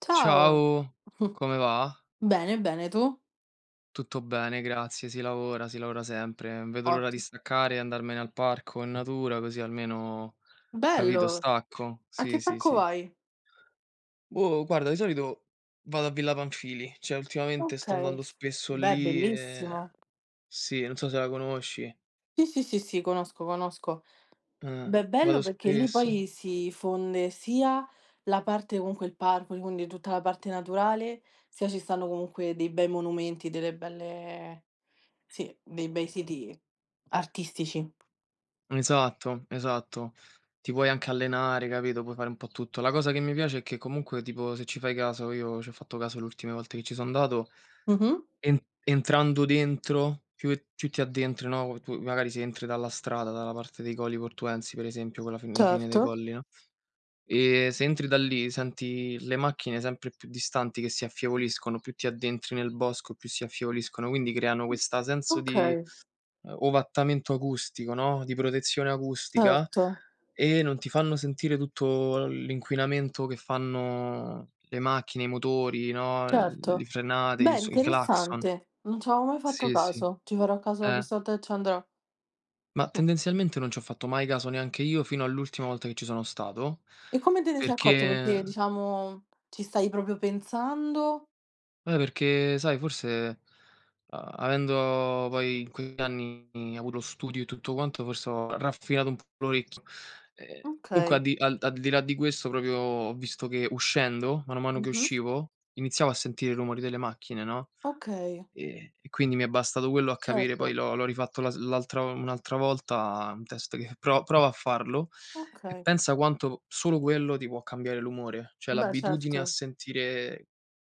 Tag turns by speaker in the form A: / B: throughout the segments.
A: Ciao.
B: Ciao, come va?
A: Bene, bene, tu?
B: Tutto bene, grazie. Si lavora sempre. Non vedo l'ora di
A: Otti
B: staccare e andarmene al parco in natura, così almeno, capito,
A: bello.
B: stacco.
A: A
B: Sì,
A: che
B: sì,
A: parco
B: sì.
A: vai?
B: Boh, guarda, di solito vado a Villa Panfili, cioè ultimamente sto
A: Okay.
B: andando spesso
A: Beh,
B: lì e
A: bellissimo.
B: sì, non so se la conosci.
A: Sì, sì, sì, sì, conosco, conosco.
B: Eh,
A: Beh, bello
B: Vado
A: perché lì
B: spesso.
A: poi si fonde sia la parte comunque il parco, quindi tutta la parte naturale, sia ci stanno comunque dei bei monumenti, delle belle sì, dei bei siti artistici.
B: Esatto, esatto. Ti puoi anche allenare, capito? Puoi fare un po' tutto. La cosa che mi piace è che comunque, tipo, se ci fai caso, io ci ho fatto caso le ultime volte che ci sono andato.
A: Mh-mh.
B: En Entrando dentro, più ti addentri, no, tu magari se entri dalla strada, dalla parte dei Colli Portuensi per esempio, con la fin la fine dei
A: Certo.
B: Colli, no, se entri da lì senti le macchine sempre più distanti che si affievoliscono, più ti addentri nel bosco, più si affievoliscono, quindi creano questa senso di,
A: Okay,
B: ovattamento acustico, no, di protezione acustica
A: certo.
B: e non ti fanno sentire tutto l'inquinamento che fanno le macchine, i motori, no, le
A: Certo.
B: frenate,
A: Beh,
B: i clacson.
A: interessante. Non ci avevo mai fatto
B: Sì, sì.
A: caso. Ci farò caso la
B: Eh,
A: prossima volta che ci andrò.
B: ma
A: Mh.
B: tendenzialmente non ci ho fatto mai caso neanche io fino all'ultima volta che ci sono stato,
A: E come te ne sei accorto? Perché,
B: perché
A: diciamo, ci stai proprio pensando?
B: perché sai forse, a avendo poi in quegli anni avuto lo studio e tutto quanto, forse ho raffinato un po' l'orecchio. Ehm, Comunque al
A: Okay.
B: di al al di là di questo proprio ho visto che uscendo, mano a mano che
A: Mh-mh.
B: uscivo, iniziavo a sentire i rumori delle macchine, no?
A: Okay,
B: E quindi mi è bastato quello a capire, poi
A: certo.
B: l'ho rifatto la s l'altra un'altra volta, un test che prova a farlo e
A: Okay.
B: pensa quanto solo quello ti può cambiare l'umore, cioè
A: Beh,
B: l'abitudine
A: certo.
B: a sentire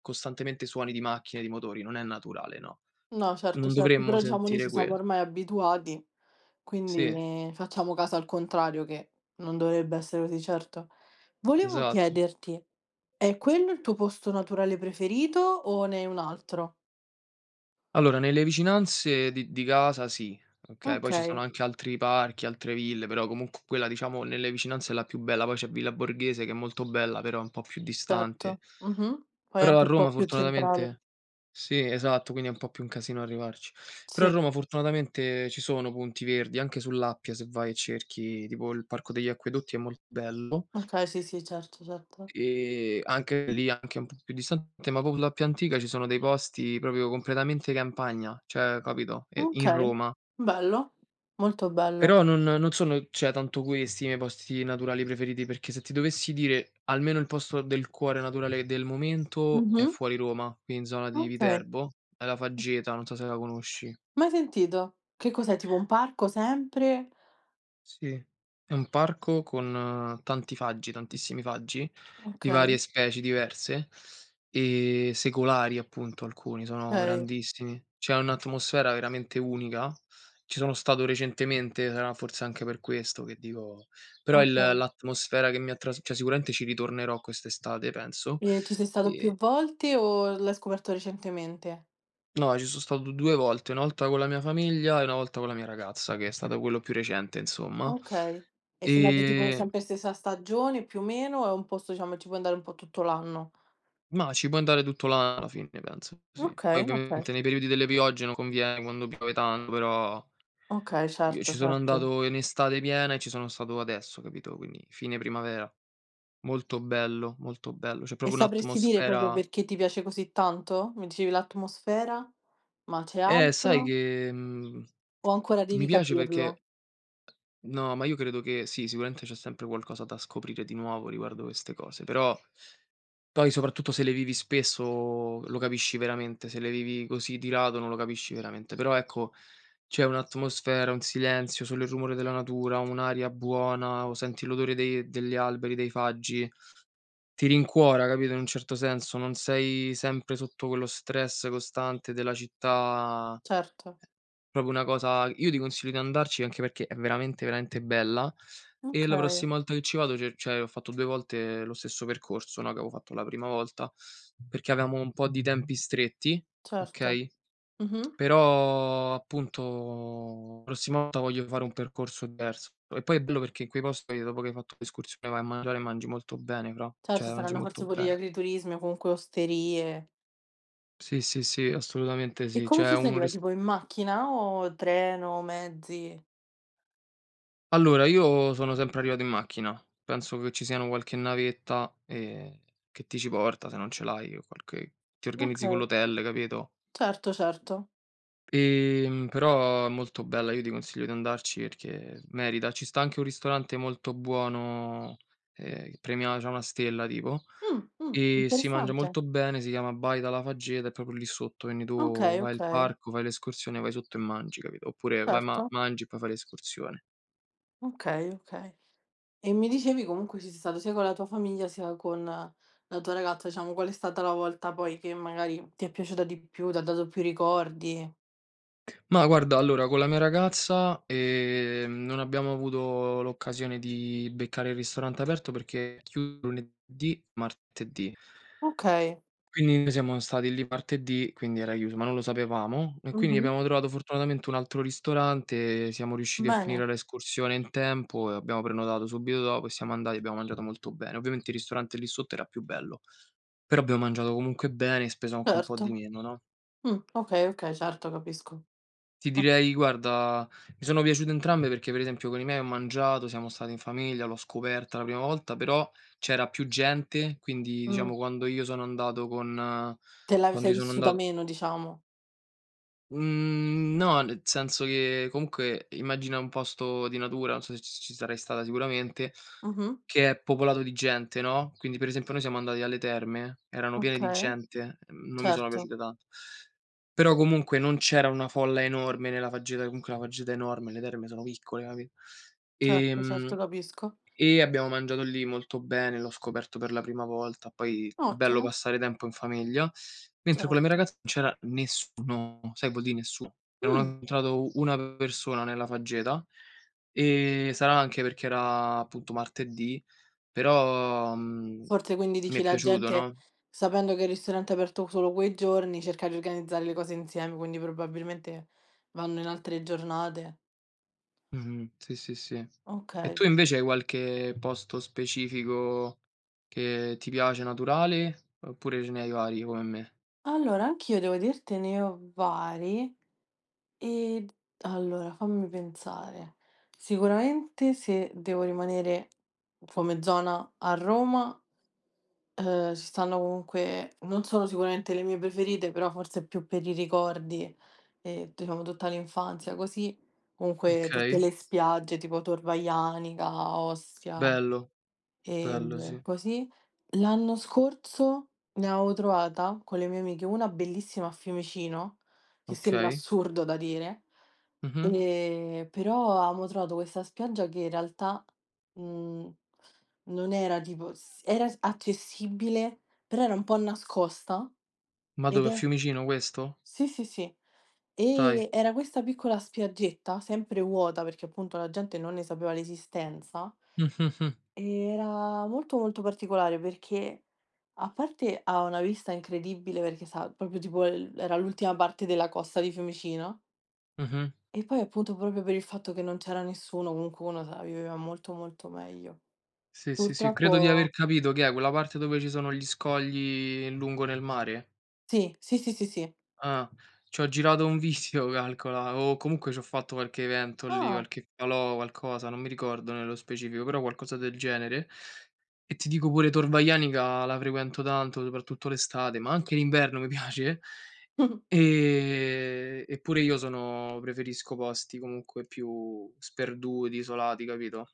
B: costantemente suoni di macchine, di motori, non è naturale, no.
A: No, certo,
B: Non
A: certo.
B: dovremmo
A: Però diciamo noi
B: sentire
A: ci siamo
B: quel
A: ormai abituati, quindi
B: sì,
A: ne facciamo caso al contrario, che non dovrebbe essere così, certo. Volevo
B: esatto.
A: chiederti: è quello il tuo posto naturale preferito o ne hai un altro?
B: Allora, nelle vicinanze di casa sì, okay, poi ci sono
A: Okay,
B: anche altri parchi, altre ville, però comunque quella diciamo nelle vicinanze è la più bella, poi c'è Villa Borghese che è molto bella, però è un po' più distante.
A: certo. Mh-mh. Poi
B: Però a
A: anche un po'
B: Roma
A: più centrale.
B: fortunatamente sì, esatto, quindi è un po' più un casino arrivarci. Però a
A: Sì,
B: Roma fortunatamente ci sono punti verdi, anche sull'Appia se vai e cerchi, tipo il Parco degli Acquedotti è molto bello,
A: okay, sì, sì, certo, certo.
B: anche lì, anche un po' più distante, ma proprio l'Appia Antica ci sono dei posti proprio completamente campagna, cioè capito, in
A: Okay,
B: Roma.
A: bello, molto bello.
B: Però non sono, cioè, tanto questi i miei posti naturali preferiti, perché se ti dovessi dire almeno il posto del cuore naturale del momento è
A: Mh-mh.
B: fuori Roma, qui in zona di
A: Okay.
B: Viterbo, è la Faggeta, non so se la conosci.
A: Mai sentito. Che cos'è, tipo un parco sempre?
B: Sì, è un parco con tanti faggi, tantissimi faggi, di varie
A: Okay,
B: specie diverse e secolari appunto alcuni, sono
A: okay,
B: grandissimi. C'è un'atmosfera veramente unica. Ci sono stato recentemente, sarà forse anche per questo che dico però il
A: okay.
B: l'atmosfera che mi ha tras cioè sicuramente ci ritornerò quest'estate penso.
A: E ci sei stato
B: Ehm,
A: più volte o l'hai scoperto recentemente?
B: no, ci sono stato 2 volte, una volta con la mia famiglia e una volta con la mia ragazza, che è stato quello più recente insomma.
A: Okay. E sei andato tipo
B: Ehm
A: sempre stessa stagione più o meno, o è un posto diciamo ci puoi andare un po' tutto l'anno?
B: Mah, ci può andare tutto l'anno alla fine penso, sì. Poi
A: Okay, okay.
B: ovviamente nei periodi delle piogge non conviene quando piove tanto, però
A: Okay,
B: io
A: certo,
B: ci sono
A: certo.
B: andato in estate piena e ci sono stato adesso, capito, quindi fine primavera. Molto bello, molto bello. C'è
A: E
B: proprio
A: sapresti dire proprio
B: un'atmosfera
A: perché ti piace così tanto? Mi dicevi l'atmosfera, ma c'è
B: sai
A: altro?
B: che,
A: O ancora
B: mi
A: devi
B: piace
A: capirlo?
B: perché no, ma io credo che sì, sicuramente c'è sempre qualcosa da scoprire di nuovo riguardo queste cose, però poi soprattutto se le vivi spesso lo capisci veramente, se le vivi così di lato non lo capisci veramente, però ecco c'è un'atmosfera, un silenzio, solo il rumore della natura, un'aria buona o senti l'odore dei degli alberi, dei faggi, ti rincuora, capito, in un certo senso, non sei sempre sotto quello stress costante della città.
A: Certo,
B: Proprio una cosa, io ti consiglio di andarci anche perché è veramente, veramente bella e la
A: okay,
B: prossima volta che ci vado ce cioè ho fatto 2 volte lo stesso percorso, no, che avevo fatto la prima volta, perché avevamo un po' di tempi stretti,
A: certo.
B: okay,
A: Mh-mh.
B: però appunto prossima volta voglio fare un percorso diverso. E poi è bello perché in quei posti dopo che hai fatto l'escursione vai a mangiare e mangi molto bene, però,
A: Certo,
B: cioè mangi
A: saranno
B: molto
A: forse pure gli
B: bene.
A: agriturismi o comunque osterie.
B: Sì, sì, sì, assolutamente
A: E
B: sì.
A: come
B: C'è
A: ci si
B: un
A: arriva?
B: ris
A: Tipo in macchina o treno, mezzi?
B: Allora, io sono sempre arrivato in macchina. Penso che ci siano qualche navetta, che ti ci porta se non ce l'hai o qualche ti organizzi con
A: Okay,
B: l'hotel, capito,
A: certo, certo.
B: però è molto bella, io ti consiglio di andarci perché merita. Ci sta anche un ristorante molto buono, premia c'ha una stella tipo, e si mangia
A: Interessante.
B: molto bene, si chiama Baita La Faggeta, è proprio lì sotto, quindi tu
A: Okay,
B: vai al
A: okay,
B: parco, fai l'escursione, vai sotto e mangi, capito, oppure vai ma
A: certo.
B: mangi e poi fai l'escursione.
A: Okay, okay. E mi dicevi comunque ci sei stato sia con la tua famiglia sia con la tua ragazza, diciamo, qual è stata la volta poi che magari ti è piaciuta di più, t'ha dato più ricordi?
B: Ma guarda, allora con la mia ragazza, non abbiamo avuto l'occasione di beccare il ristorante aperto perché è chiuso lunedì, martedì.
A: Okay.
B: Quindi noi siamo stati lì martedì, quindi era chiuso, ma non lo sapevamo e quindi
A: Mh-mh.
B: abbiamo trovato fortunatamente un altro ristorante, siamo riusciti a finire
A: Bene,
B: l'escursione in tempo e abbiamo prenotato subito dopo e siamo andati, abbiamo mangiato molto bene. Ovviamente il ristorante lì sotto era più bello, però abbiamo mangiato comunque bene e speso anche un po'
A: certo.
B: di meno, no?
A: Okay, okay, certo, capisco.
B: Ti
A: O
B: direi guarda, mi sono piaciute entrambe perché per esempio con i miei ho mangiato, siamo stati in famiglia, l'ho scoperta la prima volta, però c'era più gente, quindi
A: mh,
B: diciamo quando io sono andato con
A: te la
B: quando
A: sei
B: io sono
A: vissuta
B: anda
A: meno, diciamo.
B: mhmm, no, nel senso che comunque immagina un posto di natura, non so se ci sarai stata sicuramente,
A: Mh-mh.
B: che è popolato di gente, no, quindi per esempio noi siamo andati alle terme, erano piene di
A: Okay,
B: gente, non mi sono
A: certo,
B: piaciute tanto. Però comunque non c'era una folla enorme nella faggeta, comunque la faggeta è enorme, le terme sono piccole, capi?
A: certo,
B: Ehm
A: certo, capisco.
B: e abbiamo mangiato lì molto bene, l'ho scoperto per la prima volta, poi è bello
A: Ottimo,
B: passare tempo in famiglia. Mentre con la mia
A: certo.
B: ragazza non c'era nessuno, sai vuol dire nessuno, non ho
A: Mh.
B: incontrato una persona nella faggeta, e sarà anche perché era appunto martedì, però,
A: Forse quindi
B: mi
A: dici
B: è
A: la
B: piaciuto,
A: gente,
B: no,
A: sapendo che il ristorante è aperto solo quei giorni, cerca di organizzare le cose insieme, quindi probabilmente vanno in altre giornate.
B: mh-mh, sì, sì, sì. E tu
A: Okay.
B: invece hai qualche posto specifico che ti piace naturale, oppure ce ne hai vari come me?
A: Allora anch'io devo dirtene ho vari e allora fammi pensare. Sicuramente se devo rimanere come zona a Roma ci stanno comunque non sono sicuramente le mie preferite, però forse più per i ricordi e diciamo tutta l'infanzia così, comunque tutte
B: Okay,
A: le spiagge tipo Torvaianica, Ostia.
B: bello. Bello sì,
A: Così l'anno scorso ne avevo trovata con le mie amiche una bellissima a Fiumicino, che sembra
B: okay.
A: assurdo da dire,
B: Mh-mh.
A: però avevamo trovato questa spiaggia che in realtà, mhmm, non era tipo s era s accessibile, però era un po' nascosta
B: Ma
A: ed
B: dove, a
A: è
B: Fiumicino questo?
A: sì, sì, sì.
B: Dai.
A: E era questa piccola spiaggetta, sempre vuota perché appunto la gente non ne sapeva l'esistenza
B: Mh-mh-mh.
A: era molto, molto particolare perché a parte ha una vista incredibile perché sa proprio tipo l era l'ultima parte della costa di Fiumicino
B: Mh-mh.
A: e poi appunto proprio per il fatto che non c'era nessuno, comunque uno se la viveva molto, molto meglio.
B: Sì, sì, sì, credo di aver
A: Purtroppo
B: capito che è, quella parte dove ci sono gli scogli lungo nel mare?
A: sì, sì, sì, sì, sì.
B: Ah, ci ho girato un video calcola, o comunque ci ho fatto qualche evento lì,
A: Ah,
B: qualche falò, qualcosa, non mi ricordo nello specifico, però qualcosa del genere. E ti dico pure Torvaianica la frequento tanto, soprattutto l'estate, ma anche l'inverno mi piace. Eppure io sono preferisco posti comunque più sperduti, isolati, capito?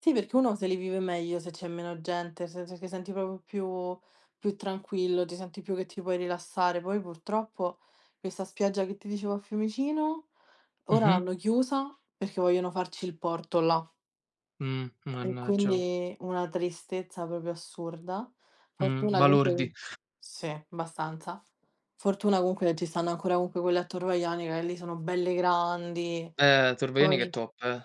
A: sì perché uno se li vive meglio se c'è meno gente, nel senso che senti proprio più più tranquillo, ti senti più che ti puoi rilassare. Poi purtroppo questa spiaggia che ti dicevo a Fiumicino, ora
B: Mh-mh.
A: l'hanno chiusa perché vogliono farci il porto là e
B: Mannaggia oh.
A: quindi una tristezza proprio assurda. Fortuna comunque che
B: Balordi.
A: Sì, abbastanza. Fortuna comunque che ci stanno ancora comunque quelle a Tor Vaianica che lì sono belle grandi.
B: Torvaianica è
A: Poi
B: top, eh.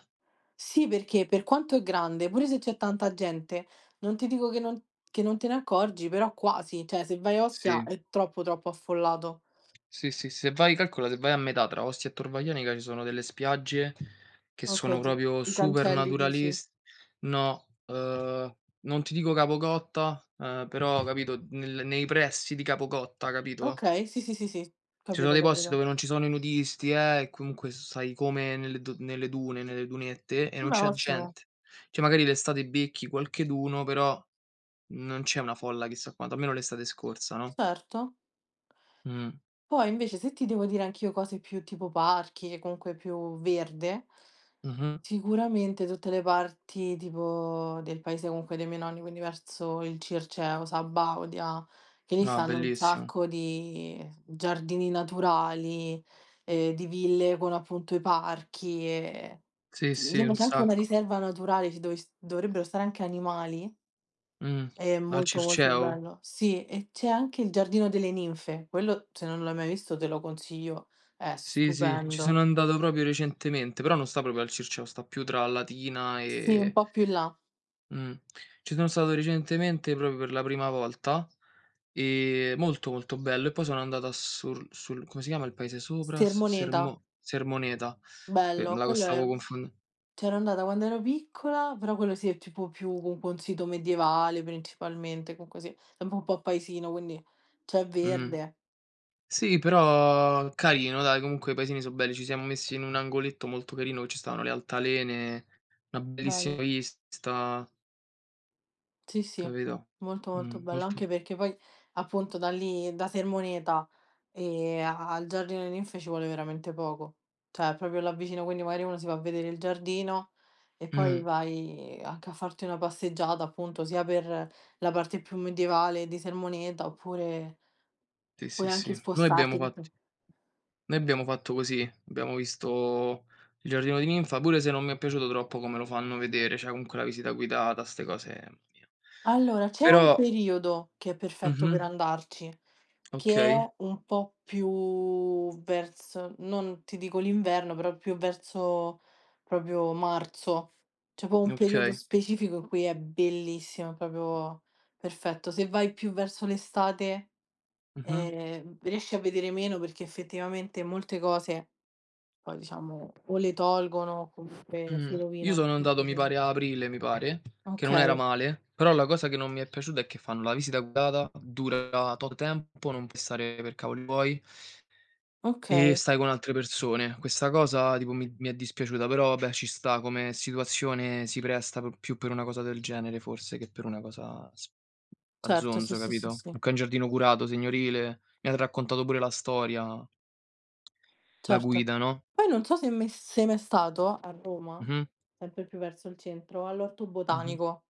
A: sì, perché per quanto è grande, pure se c'è tanta gente, non ti dico che non te ne accorgi, però quasi, cioè se vai a Ostia
B: Sì.
A: è troppo, troppo affollato.
B: Sì, sì, se vai calcola, se vai a metà tra Ostia e Torvaianica ci sono delle spiagge che
A: Okay,
B: sono
A: ti
B: proprio
A: i
B: super
A: cancelli dici.
B: naturalis no, non ti dico Capo Cotta, però capito, nel nei pressi di Capo Cotta, capito?
A: Okay, sì, sì, sì, sì,
B: Ci sono
A: capito,
B: dei posti
A: capito.
B: dove non ci sono i nudisti, e comunque stai come nelle dune, nelle dunette e non
A: Vabbè
B: c'è
A: ottimo.
B: gente. Cioè magari l'estate becchi qualcheduno, però non c'è una folla chissà quanto, almeno l'estate scorsa, no.
A: Certo.
B: Mh.
A: Poi invece se ti devo dire anch'io cose più tipo parchi, comunque più verde,
B: Mh-mh.
A: sicuramente tutte le parti tipo del paese comunque dei miei nonni, quindi verso il Circeo, Sabaudia, che lì
B: No,
A: stanno un
B: bellissimo.
A: sacco di giardini naturali, di ville con appunto i parchi e
B: Sì,
A: mi
B: sì,
A: sembra
B: un
A: c'è anche una
B: sacco.
A: riserva naturale ci dove s- dovrebbero stare anche animali.
B: Mh.
A: È
B: Al
A: molto, molto
B: Circeo?
A: bello. Sì, e c'è anche il Giardino delle Ninfe. Quello, se non l'hai mai visto, te lo consiglio. È
B: Sì, sì, ci sono
A: stupendo.
B: andato proprio recentemente, però non sta proprio al Circeo, sta più tra Latina
A: Sì, un
B: e
A: po' più in là.
B: mh. Ci sono stato recentemente proprio per la prima volta. Molto, molto bello. E poi sono andato a Sur sul come si chiama il paese sopra? S
A: Stermoneta,
B: Sermo Sermoneta, pe me
A: bello.
B: la
A: Quello
B: stavo
A: è
B: confon
A: c'ero andata quando ero piccola, però quello sì è tipo più comunque un sito medievale principalmente, comunque sì, è un po' paesino, quindi c'è
B: mh.
A: verde.
B: Sì, però carino dai, comunque i paesini so belli. Ci siamo messi in un angoletto molto carino che ci stavano le altalene, una
A: Bello.
B: bellissima vista,
A: Sì, sì,
B: capito?
A: molto, molto bello,
B: Molto
A: anche perché poi appunto da lì, da Sermoneta e a al Giardino delle Ninfe ci vuole veramente poco, cioè proprio là vicino, quindi magari uno si va a vedere il giardino e poi
B: mh,
A: vai anche a farti una passeggiata appunto sia per la parte più medievale di Sermoneta oppure
B: sì,
A: puoi
B: sì,
A: anche
B: sì.
A: spostarti.
B: Noi abbiamo fatto così, abbiamo visto il giardino di ninfa, pure se non mi è piaciuto troppo come lo fanno vedere, cioè comunque la visita guidata, 'ste cose, mamma mia.
A: Allora, c'è un
B: Però
A: periodo che è perfetto
B: mh-mh,
A: per andarci. Che
B: okay,
A: è un po' più verso non ti dico l'inverno, però più verso proprio marzo. C'è proprio un periodo
B: okay,
A: specifico in cui è bellissimo, è proprio perfetto. Se vai più verso l'estate,
B: mh-mh,
A: riesci a vedere meno perché effettivamente molte cose poi diciamo o le tolgono o comunque si
B: mh. Io
A: rovinano.
B: sono andato mi pare a aprile, mi pare, che non era
A: Okay,
B: male, però la cosa che non mi è piaciuta è che fanno la visita guidata, dura tot tempo, non puoi stare per cavoli tuoi e
A: okay,
B: stai con altre persone. Questa cosa tipo mi è dispiaciuta, però vabbè ci sta come situazione, si presta p più per una cosa del genere forse che per una cosa s a
A: certo, sì,
B: zonzo,
A: sì,
B: capito?
A: sì, sì.
B: Comunque è un giardino curato, signorile, mi han raccontato pure la storia, la
A: Certo.
B: guida, no?
A: Poi non so se mai sei mai stato a Roma,
B: Mh-mh,
A: sempre più verso il centro, all'Orto
B: mh-mh.
A: Botanico.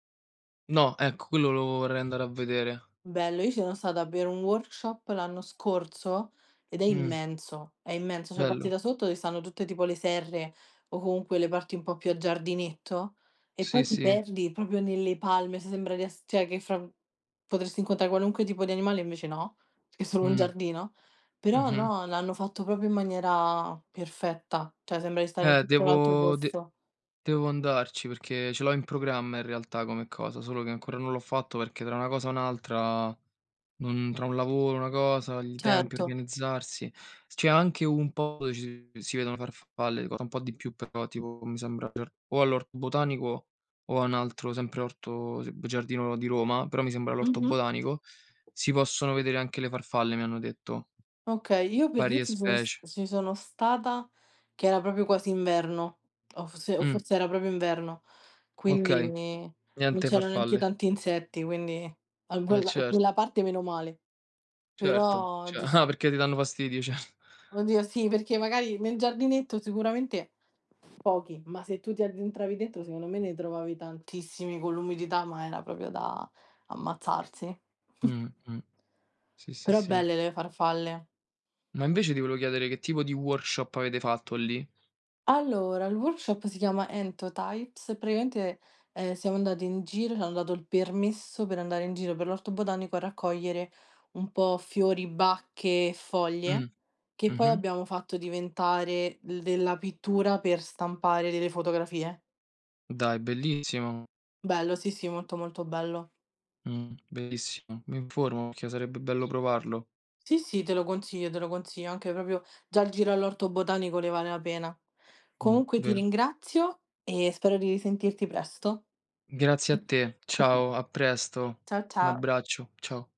B: No, ecco, quello lo vorrei andare a vedere.
A: Bello, io ci sono stata a bere un workshop l'anno scorso ed
B: Mh,
A: è immenso, cioè parti
B: bello.
A: da sotto dove stanno tutte tipo le serre o comunque le parti un po' più a giardinetto e
B: Sì,
A: poi ti
B: sì.
A: perdi proprio nelle palme, se sembra di ess cioè che fra potresti incontrare qualunque tipo di animale, invece no, perché è solo un
B: Mh,
A: giardino. Però
B: mh-mh.
A: no, l'hanno fatto proprio in maniera perfetta, cioè sembra di stare in
B: Eh,
A: tutto l'altro
B: devo de
A: posto.
B: devo andarci perché ce l'ho in programma in realtà come cosa, solo che ancora non l'ho fatto perché tra una cosa e un'altra tra un lavoro, una cosa, gli tempi,
A: Certo.
B: organizzarsi. C'è anche un po' dove ci si vedono farfalle, costa un po' di più però, tipo mi sembra giar- o all'orto botanico o a un altro, sempre orto s giardino di Roma, però mi sembra l'orto
A: Mh-mh.
B: botanico, si possono vedere anche le farfalle, mi hanno detto,
A: Okay, io per dire
B: varie specie.
A: ci sono stata che era proprio quasi inverno, o
B: Mh,
A: forse era proprio inverno, quindi
B: okay,
A: non
B: niente
A: c'erano neanche
B: farfalle.
A: tanti insetti, quindi a
B: Eh certo,
A: quella parte meno male.
B: certo,
A: Però
B: ce
A: gius
B: ah perché ti danno fastidio, cer
A: oddio sì, perché magari nel giardinetto sicuramente pochi, ma se tu ti addentravi dentro secondo me ne trovavi tantissimi con l'umidità, ma era proprio da ammazzarsi.
B: mh, mh. Sì, sì,
A: Però
B: sì.
A: belle le farfalle.
B: Ma invece ti volevo chiedere che tipo di workshop avete fatto lì?
A: Allora, il workshop si chiama Entotypes, praticamente, siamo andati in giro, c'hanno dato il permesso per andare in giro per l'orto botanico a raccogliere un po' fiori, bacche e foglie,
B: Mh.
A: che poi
B: Mh-mh.
A: abbiamo fatto diventare l della pittura per stampare delle fotografie.
B: Dai, bellissimo.
A: Bello, sì, sì, molto, molto bello.
B: Bellissimo. Mi informo perché sarebbe bello provarlo.
A: Sì, sì, te lo consiglio, anche proprio già il giro all'orto botanico ne vale la pena. Comunque ti
B: Vero.
A: ringrazio e spero di risentirti presto.
B: Grazie a te. Ciao, a presto.
A: Ciao,
B: Un
A: ciao.
B: abbraccio. Ciao.